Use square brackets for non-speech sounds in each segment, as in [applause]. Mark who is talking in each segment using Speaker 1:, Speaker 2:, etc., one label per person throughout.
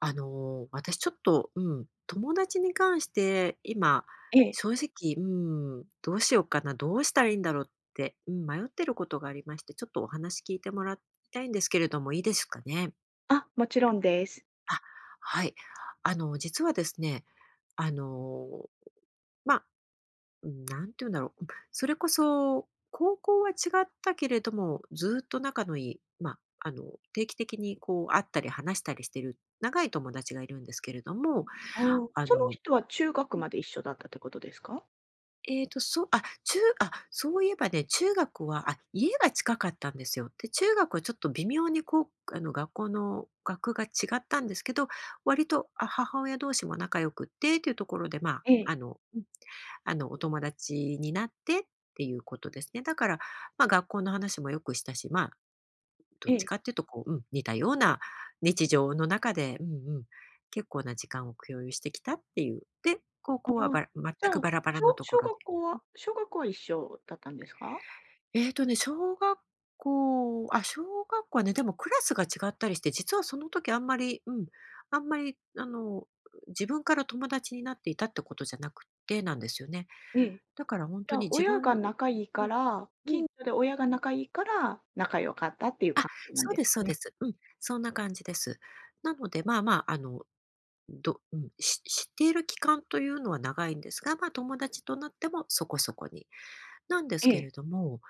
Speaker 1: 私ちょっと、友達に関して今、
Speaker 2: ええ。
Speaker 1: 正直、どうしようかな、どうしたらいいんだろうって、迷ってることがありまして、ちょっとお話聞いてもらいたいんですけれども、いいですかね？
Speaker 2: あ、もちろんです。
Speaker 1: あ、はい。実はですね、あの、まあ、うん、て言うんだろう、それこそ高校は違ったけれども、ずっと仲のいい、まあ、あの、定期的にこう会ったり話したりしてる長い友達がいるんですけれども、
Speaker 2: ああ、そ
Speaker 1: あ
Speaker 2: の
Speaker 1: の
Speaker 2: 人は中学まで一緒だったってことですか？
Speaker 1: そう、そういえばね、中学は、あ、家が近かったんですよ。で、中学はちょっと微妙にこう、学校の学区が違ったんですけど、割と、あ、母親同士も仲良くってっていうところで、ま
Speaker 2: え
Speaker 1: あ、
Speaker 2: え、
Speaker 1: お友達になってっていうことですね。だから、まあ、学校の話もよくしたし、まあ、ど
Speaker 2: え
Speaker 1: っち
Speaker 2: え。
Speaker 1: かっていうとこう、似たような日常の中で、うん、結構な時間を共有してきたっていう。で、高
Speaker 2: あ
Speaker 1: 校は
Speaker 2: あ、
Speaker 1: 全
Speaker 2: じゃ
Speaker 1: く
Speaker 2: あ、
Speaker 1: バラバラ
Speaker 2: し
Speaker 1: の
Speaker 2: ょ
Speaker 1: とこ
Speaker 2: 小
Speaker 1: ろ
Speaker 2: 学
Speaker 1: で、
Speaker 2: 校は小学校は一緒だったんですか？
Speaker 1: えっとね、小学小学校はね、でもクラスが違ったりして、実はその時あんまりうん、あんまりあの、自分から友達になっていたってことじゃなくてなんですよね。
Speaker 2: ええ。
Speaker 1: だから本
Speaker 2: じ
Speaker 1: 当
Speaker 2: ゃ
Speaker 1: に
Speaker 2: あ、
Speaker 1: 自
Speaker 2: 親
Speaker 1: 分、
Speaker 2: が仲いい
Speaker 1: う
Speaker 2: か
Speaker 1: ん
Speaker 2: ら、
Speaker 1: うん。
Speaker 2: 近所で親が仲いいから、仲良かったっていう
Speaker 1: あ、
Speaker 2: 感じなん
Speaker 1: そう
Speaker 2: で
Speaker 1: で
Speaker 2: す
Speaker 1: す
Speaker 2: か
Speaker 1: そうで
Speaker 2: ね？
Speaker 1: す。うん、そんな感じです。なので、まあまあ、あの、どうん、し知っている期間というのは長いんですが、まあ、友達となってもそこそこに、なんです
Speaker 2: え
Speaker 1: け
Speaker 2: え、
Speaker 1: れども、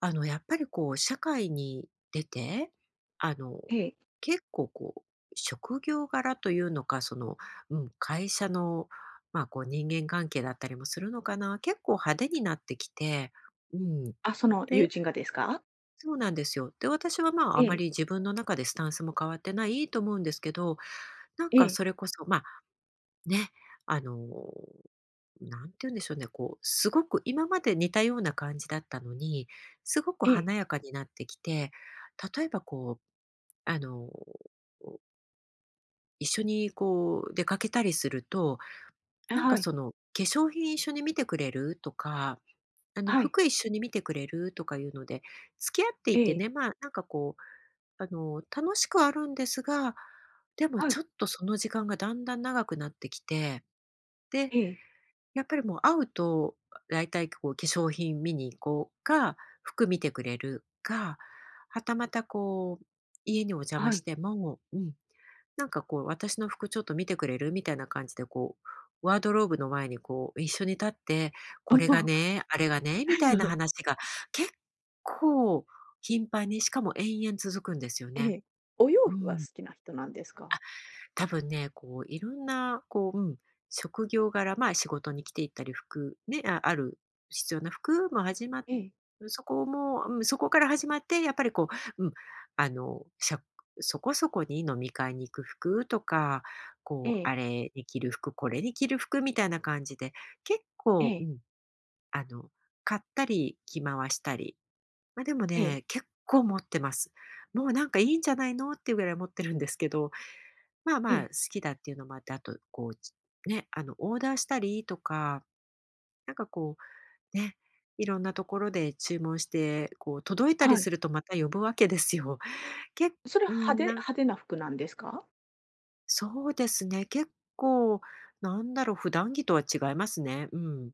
Speaker 1: やっぱりこう、社会に出て、あの、
Speaker 2: ええ。
Speaker 1: 結構こう、職業柄というのか、その、うん、会社の、まあ、こう、人間関係だったりもするのかな、結構派手になってきて、うん。
Speaker 2: あ、その友
Speaker 1: で、
Speaker 2: 人がですか？
Speaker 1: そうなんですよ。で、私はまあ、
Speaker 2: え
Speaker 1: あま
Speaker 2: え、
Speaker 1: り自分の中でスタンスも変わってないと思うんですけど、なん
Speaker 2: え
Speaker 1: か
Speaker 2: え、
Speaker 1: それこそ、まあ、ね、あの、なんて言うんでしょうね、こう、すごく今まで似たような感じだったのに、すごく
Speaker 2: ええ、
Speaker 1: 華やかになってきて、例えばこう、あの、一緒にこう出かけたりすると、
Speaker 2: あ、
Speaker 1: なん
Speaker 2: は
Speaker 1: か
Speaker 2: い、
Speaker 1: その、化粧品一緒に見てくれる？とか、
Speaker 2: はい、
Speaker 1: 服一緒に見てくれる？とかいうので、付き合って
Speaker 2: え
Speaker 1: いて
Speaker 2: え、
Speaker 1: ね、まあ、なんかこう、楽しくはあるんですが、でも
Speaker 2: はい、
Speaker 1: ちょっとその時間がだんだん長くなってきて、で、
Speaker 2: ええ、
Speaker 1: やっぱりもう会うと、だいたいこう化粧品見に行こうか、服見てくれるか、はたまたこう、家にお邪魔
Speaker 2: は
Speaker 1: し
Speaker 2: い。
Speaker 1: ても、なんかこう私の服ちょっと見てくれるみたいな感じでこう、ワードローブの前にこう一緒に立って、これが
Speaker 2: [laughs] ああ、
Speaker 1: ね、あれがね、みたいな話が結構頻繁に、しかも延々続くんですよ
Speaker 2: え
Speaker 1: ね。
Speaker 2: え、お洋
Speaker 1: う
Speaker 2: 服は好
Speaker 1: ん。
Speaker 2: きな人なんですか？
Speaker 1: 多分ね、こういろんなこう、職業柄、まあ、仕事に来ていったり、服ね、ある必要な服も始まっ
Speaker 2: ええ。
Speaker 1: そこも、そこから始まって、やっぱりこう、あの、しゃそこそこに飲み会に行く服とか、
Speaker 2: え
Speaker 1: こう、あ
Speaker 2: え、
Speaker 1: れに着る服、これに着る服みたいな感じで、結
Speaker 2: え
Speaker 1: 構、
Speaker 2: え、
Speaker 1: あの、買ったり着回したり。ま、でも
Speaker 2: ええ、
Speaker 1: ね、結構持ってます。もうなんかいいんじゃないのっていうぐらい持ってるんですけど、まあ
Speaker 2: え
Speaker 1: まあ、
Speaker 2: え、
Speaker 1: 好きだっていうのもあって、あと、こう、ね、オーダーしたりとか、なんかこう、ね、いろんなところで注文して、こう、届いたり
Speaker 2: はい。
Speaker 1: するとまた呼ぶわけですよ。[laughs] け
Speaker 2: それは
Speaker 1: う
Speaker 2: 派手
Speaker 1: ん、なん
Speaker 2: 派手な服なんですか？
Speaker 1: そうですね、結構、なんだろう、普段着とは違いますね。うん。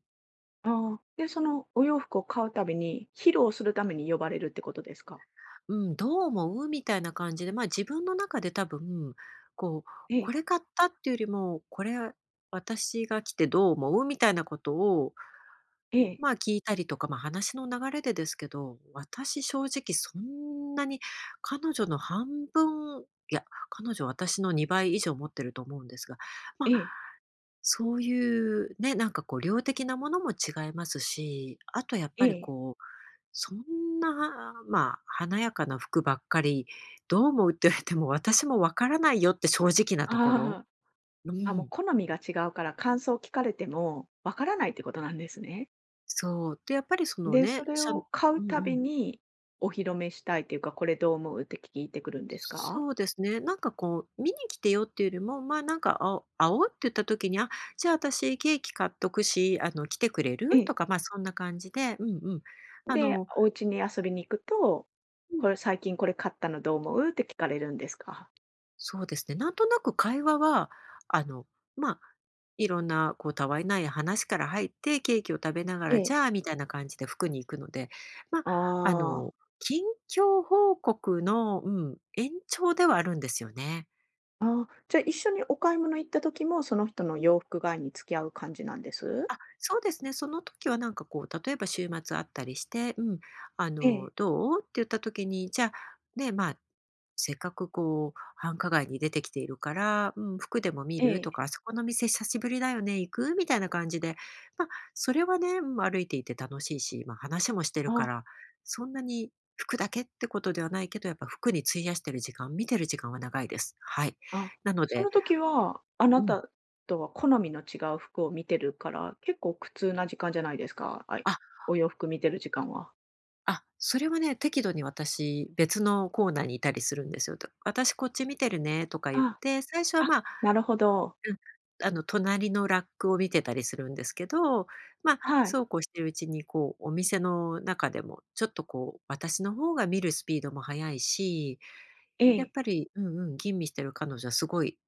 Speaker 2: ああ、で、そのお洋服を買うたびに、披露するために呼ばれるってことですか？
Speaker 1: うん、どう思う？みたいな感じで、まあ、自分の中で多分、こう、
Speaker 2: え
Speaker 1: こ
Speaker 2: え、
Speaker 1: れ買ったっていうよりも、これ、私が来てどう思う？みたいなことを
Speaker 2: ええ、
Speaker 1: まあ、聞いたりとか、ま、話の流れでですけど、私正直そんなに彼女の半分、いや、彼女私の2倍以上持ってると思うんですが、ま、あ、
Speaker 2: ええ、
Speaker 1: そういうね、なんかこう量的なものも違いますし、あとやっ
Speaker 2: え
Speaker 1: ぱり
Speaker 2: え。
Speaker 1: こう、そんな、まあ、華やかな服ばっかり、どう思うって言われても私もわからないよって正直なところ。
Speaker 2: あ
Speaker 1: う
Speaker 2: あ、あ、もう
Speaker 1: ん、
Speaker 2: 好みが違うから、感想を聞かれてもわからないってことなんですね。
Speaker 1: そう。で、やっぱりその
Speaker 2: で、そ
Speaker 1: ね、
Speaker 2: れ
Speaker 1: しゃう
Speaker 2: を買う
Speaker 1: んう
Speaker 2: たび
Speaker 1: ん
Speaker 2: に、お披露目したいっていうか、これどう思うって聞いてくるんですか？
Speaker 1: そうですね。なんかこう、見に来てよっていうよりも、まあなんか、あ会おうって言った時に、あ、じゃあ私ケーキ買っとくし、来てくれ
Speaker 2: え
Speaker 1: る？
Speaker 2: え。
Speaker 1: とか、まあそんな感じで、うんうん。あ
Speaker 2: で、
Speaker 1: の、
Speaker 2: お家に遊びに行くと、
Speaker 1: うん、
Speaker 2: これ最近これ買ったのどう思うって聞かれるんですか？
Speaker 1: そうですね。なんとなく会話は、あの、まあ、いろんなこう、たわいない話から入って、ケーキを食べなが
Speaker 2: え
Speaker 1: ら、じ
Speaker 2: え。
Speaker 1: ゃあみたいな感じで服に行くので、まあ、
Speaker 2: あ
Speaker 1: あ
Speaker 2: あ、
Speaker 1: の、近況報告の、延長ではあるんですよね。
Speaker 2: ああ、じゃあ一緒にお買い物行った時も、その人の洋服買いに付き合う感じなんです？
Speaker 1: あ、そうですね。その時はなんかこう、例えば週末あったりして、
Speaker 2: ええ、
Speaker 1: どうって言った時に、じゃあ、ね、まあ、せっかくこう、繁華街に出てきているから、服でも見る
Speaker 2: え
Speaker 1: とか、
Speaker 2: え。
Speaker 1: あそこの店久しぶりだよね、行くみたいな感じで、まあ、それはね、歩いていて楽しいし、まあ、話もしてるか
Speaker 2: あ、
Speaker 1: ら、そんなに服だけってことではないけど、やっぱ服に費やしてる時間、見てる時間は長いです。はい。
Speaker 2: あ、
Speaker 1: なの
Speaker 2: そ
Speaker 1: で、
Speaker 2: の時は、あな
Speaker 1: うん。
Speaker 2: たとは好みの違う服を見てるから、結構苦痛な時間じゃないですか？
Speaker 1: あ
Speaker 2: お洋服見てる時間は。
Speaker 1: あ、それはね、適度に私、別のコーナーにいたりするんですよ。と「私こっち見てるね」とか言っ
Speaker 2: あ、
Speaker 1: て、最初は、
Speaker 2: あ、
Speaker 1: まあ、
Speaker 2: なるほど。
Speaker 1: うん、隣のラックを見てたりするんですけど、まあ、
Speaker 2: はい。
Speaker 1: そうこうしてるうちに、こう、お店の中でも、ちょっと、こう、私の方が見るスピードも速いし、
Speaker 2: え
Speaker 1: やっ
Speaker 2: え、
Speaker 1: ぱり、吟味してる彼女はすごい、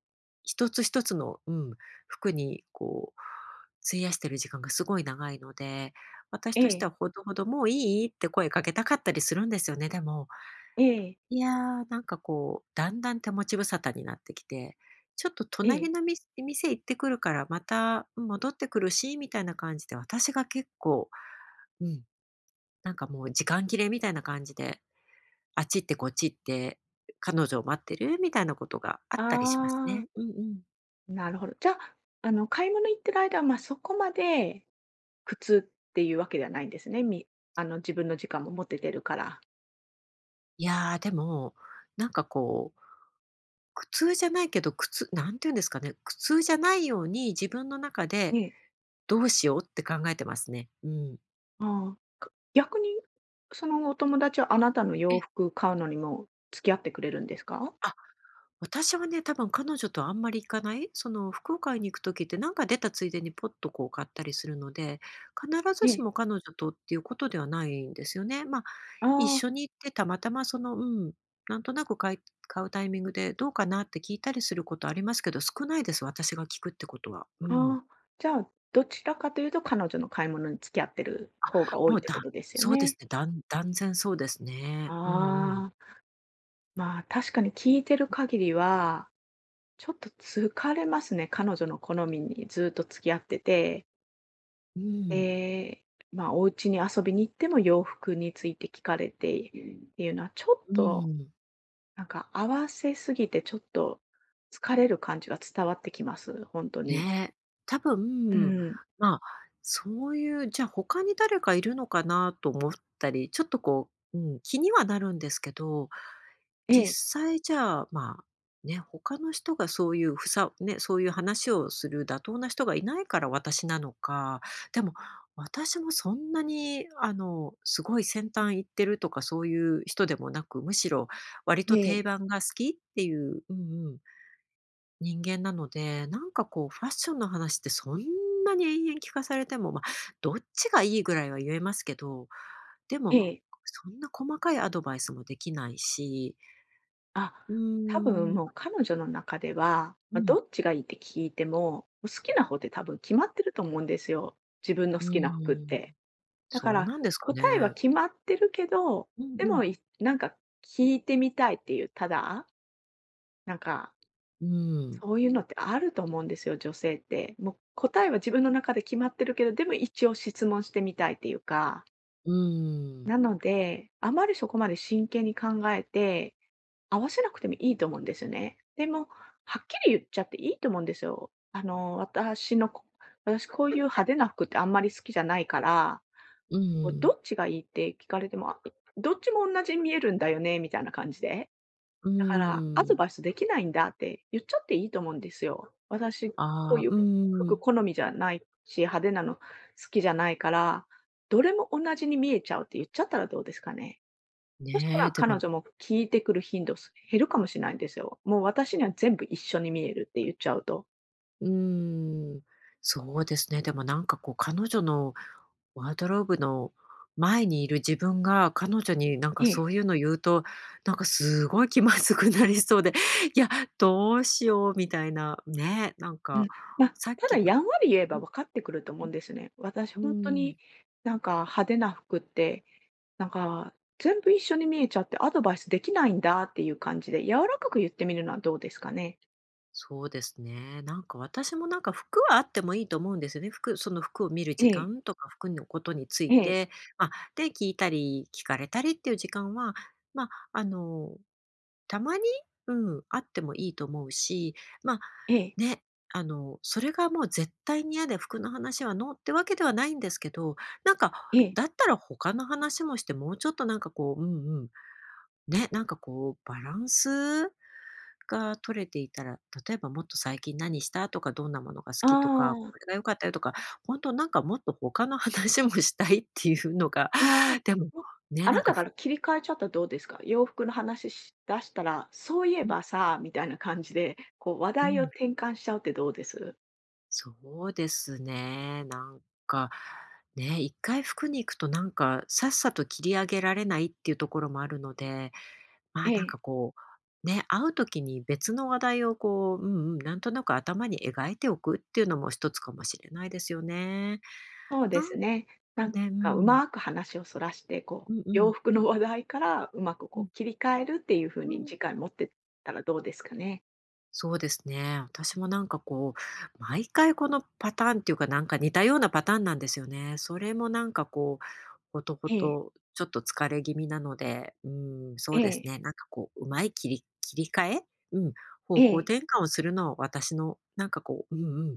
Speaker 1: 一つ一つの、服にこう、費やしてる時間がすごい長いので、私
Speaker 2: え
Speaker 1: として
Speaker 2: え、
Speaker 1: はほどほど、「もういい？」って声かけたかったりするんですよね。でも、
Speaker 2: ええ、
Speaker 1: いやー、なんかこう、だんだん手持ち無沙汰になってきて、「ちょっと
Speaker 2: ええ。
Speaker 1: 隣の店行ってくるから、また、戻ってくるし」みたいな感じで、私が結構、うん、なんかもう時間切れみたいな感じであっち行ってこっち行って、彼女を待ってるみたいなことがあったりします
Speaker 2: ああ、
Speaker 1: ね。うんうん。
Speaker 2: なるほど。じゃあ、あの、買い物行ってる間は、ま、そこまで苦痛っていうわけではないんですね。あの、自分の時間も持ててるから。
Speaker 1: いやー、でも、なんかこう、苦痛じゃないけど、苦痛なんて言うんですかね、苦痛じゃないように自分の中
Speaker 2: え
Speaker 1: で
Speaker 2: え。
Speaker 1: どうしようって考えてますね。うん。
Speaker 2: ああ、逆に、そのお友達はあなたの
Speaker 1: え、
Speaker 2: 洋服買うのにも付き合ってくれるんですか？
Speaker 1: あ、私はね、多分彼女とあんまり行かない、その福岡に行く時ってなんか出たついでにポッとこう買ったりするので、必ず
Speaker 2: え
Speaker 1: し
Speaker 2: え。
Speaker 1: も彼女とっていうことではないんですよね。ま、一
Speaker 2: ああ、
Speaker 1: 緒に行ってたまたまその、なんとなく買うタイミングでどうかなって聞いたりすることありますけど、少ないです、私が聞くってことは。うん。
Speaker 2: ああ、じゃあ、どちらかというと彼女の買い物に付き合ってる方が多い
Speaker 1: も
Speaker 2: っ
Speaker 1: う
Speaker 2: てこ
Speaker 1: だ
Speaker 2: とですよ
Speaker 1: そうです
Speaker 2: ね。
Speaker 1: ね、断然そうですね。うんうん。
Speaker 2: ああ、まあ、確かに聞いてる限りは、ちょっと疲れますね、彼女の好みにずっと付き合ってて。
Speaker 1: うん。
Speaker 2: で、まあ、お家に遊びに行っても洋服について聞かれてっていうのは、ちょっ
Speaker 1: う
Speaker 2: と、
Speaker 1: ん。
Speaker 2: なんか合わせすぎて、ちょっと疲れる感じが伝わってきます、本当に。
Speaker 1: ね。多
Speaker 2: う
Speaker 1: 分、
Speaker 2: ん。
Speaker 1: まあ、そういう、じゃあ他に誰かいるのかなと思ったり、ちょっとこう、うん、気にはなるんですけど
Speaker 2: ええ。
Speaker 1: 実際じゃあ、まあ、ね、他の人がそういうふさね、そういう話をする妥当な人がいないから私なのか、でも、私もそんなに、すごい先端行ってるとかそういう人でもなく、むしろ割と
Speaker 2: え
Speaker 1: 定
Speaker 2: え。
Speaker 1: 番が好きっていう、うんうん、人間なので、なんかこうファッションの話ってそんなに延々聞かされても、まあ、どっちがいいぐらいは言えますけど、で
Speaker 2: え
Speaker 1: も、
Speaker 2: え。
Speaker 1: そんな細かいアドバイスもできないし、
Speaker 2: あ、
Speaker 1: うー
Speaker 2: 多分
Speaker 1: ん、
Speaker 2: もう彼女の中では、
Speaker 1: う
Speaker 2: まあ、ど
Speaker 1: ん。
Speaker 2: っちがいいって聞いても、好きな方って多分決まってると思うんですよ。自分の
Speaker 1: う
Speaker 2: 好きな服っ
Speaker 1: ーん。
Speaker 2: て。だか
Speaker 1: そう
Speaker 2: ら、
Speaker 1: なんですか
Speaker 2: 答えは
Speaker 1: ね。
Speaker 2: 決まってるけど、
Speaker 1: う
Speaker 2: でも、
Speaker 1: ん
Speaker 2: なんか聞いてみたいっていう、ただなんか、
Speaker 1: うん。
Speaker 2: そういうのってあると思うんですよ、女性って。もう答えは自分の中で決まってるけど、でも一応質問してみたいっていうか。
Speaker 1: うー
Speaker 2: な
Speaker 1: ん。
Speaker 2: ので、あまりそこまで真剣に考えて、合わせなくてもいいと思うんですよね。でも、はっきり言っちゃっていいと思うんですよ。あの、私こういう派手な服ってあんまり好きじゃないから、
Speaker 1: うー
Speaker 2: こうど
Speaker 1: ん。
Speaker 2: っちがいいって聞かれても、あ、どっちも同じに見えるんだよねみたいな感じで。
Speaker 1: うー
Speaker 2: だから、アド
Speaker 1: ん。
Speaker 2: バイスできないんだって言っちゃっていいと思うんですよ。私、こ
Speaker 1: あ
Speaker 2: う
Speaker 1: あ、う
Speaker 2: いう
Speaker 1: ー
Speaker 2: 服
Speaker 1: ん。
Speaker 2: 好みじゃないし、派手なの好きじゃないから、どれも同じに見えちゃうって言っちゃったらどうですかね。そした
Speaker 1: ね、
Speaker 2: ら
Speaker 1: で
Speaker 2: 彼
Speaker 1: も
Speaker 2: 女も聞いてくる頻度減るかもしれないんですよ。もう私には全部一緒に見えるって言っちゃうと。
Speaker 1: うーん、そうですね。でもなんかこう彼女のワードローブの前にいる自分が、彼女になんか
Speaker 2: え
Speaker 1: そ
Speaker 2: え。
Speaker 1: ういうの言うと、なんかすごい気まずくなりそうで、いや、どうしようみたいな、ね、なんか、
Speaker 2: まあ、
Speaker 1: さっ
Speaker 2: ただ
Speaker 1: きの
Speaker 2: やんわり言え
Speaker 1: う
Speaker 2: ば
Speaker 1: ん、
Speaker 2: 分かってくると思うんですね。私
Speaker 1: うー
Speaker 2: ほんと
Speaker 1: ん。
Speaker 2: になんか派手な服ってなんか、全部一緒に見えちゃってアドバイスできないんだっていう感じで、柔らかく言ってみるのはどうですかね？
Speaker 1: そうですね。なんか私もなんか服はあってもいいと思うんですよね。その服を見る
Speaker 2: え
Speaker 1: 時
Speaker 2: え、
Speaker 1: 間とか、服のことについ
Speaker 2: ええ、
Speaker 1: て、まあ、で、聞いたり聞かれたりっていう時間は、まあ、たまに、うん、あってもいいと思うし、まあ、
Speaker 2: ええ、
Speaker 1: ね、それがもう絶対に嫌で服の話はノーってわけではないんですけど、なんか、
Speaker 2: ええ。
Speaker 1: だったら他の話もして、もうちょっとなんかこううんうん、ね、なんかこうバランスが取れていたら、例えばもっと最近何したとか、どんなものが好
Speaker 2: あ
Speaker 1: きとか、
Speaker 2: あ、
Speaker 1: これが良かったよとか、本当なんかもっと他の話もしたいっていうのが、
Speaker 2: ああ、
Speaker 1: [laughs] でも、
Speaker 2: お
Speaker 1: ね、
Speaker 2: あ
Speaker 1: な
Speaker 2: な
Speaker 1: んか
Speaker 2: たか
Speaker 1: ふ
Speaker 2: ら切り替えちゃったらどうですか？洋服の話し出したら、そういえ
Speaker 1: うん
Speaker 2: ばさ、みたいな感じで、こう話
Speaker 1: う
Speaker 2: 題を
Speaker 1: ん、
Speaker 2: 転換しちゃうってどうです？
Speaker 1: そうですね。なんか、ね、一回服に行くとなんか、さっさと切り上げられないっていうところもあるので、ま
Speaker 2: え
Speaker 1: あ、なんか
Speaker 2: え、
Speaker 1: こう、ね、会う時に別の話題をこう、うんうん、なんとなく頭に描いておくっていうのも一つかもしれないですよね。
Speaker 2: そうで
Speaker 1: な
Speaker 2: す
Speaker 1: ん
Speaker 2: ね。
Speaker 1: か
Speaker 2: なん
Speaker 1: ね、う
Speaker 2: かう
Speaker 1: ん。
Speaker 2: まく話をそらして、こ
Speaker 1: う
Speaker 2: う、
Speaker 1: んう
Speaker 2: 洋
Speaker 1: ん。
Speaker 2: 服の話題からうまく
Speaker 1: う
Speaker 2: こ
Speaker 1: ん。
Speaker 2: う切り替えるっていう風
Speaker 1: う
Speaker 2: に
Speaker 1: ん。
Speaker 2: 次回持ってったらどうですかね？
Speaker 1: そうですね。私もなんかこう、毎回このパターンっていうか、なんか似たようなパターンなんですよね。それもなんかこう、ほとほ
Speaker 2: ええ、
Speaker 1: と、ちょっと疲れ気味なので、うん、そ
Speaker 2: え
Speaker 1: うですね。
Speaker 2: え。
Speaker 1: なんかこう、うまい切り替えうん、方向
Speaker 2: え
Speaker 1: 転換をするのは私のなんかこう、うんうん、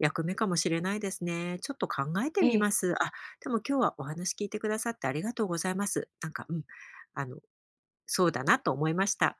Speaker 1: 役目かもしれないですね。ちょっと考えて
Speaker 2: え、
Speaker 1: み
Speaker 2: え
Speaker 1: ます。あ、でも今日はお話聞いてくださってありがとうございます。なんか、うん、あの、そうだなと思いました。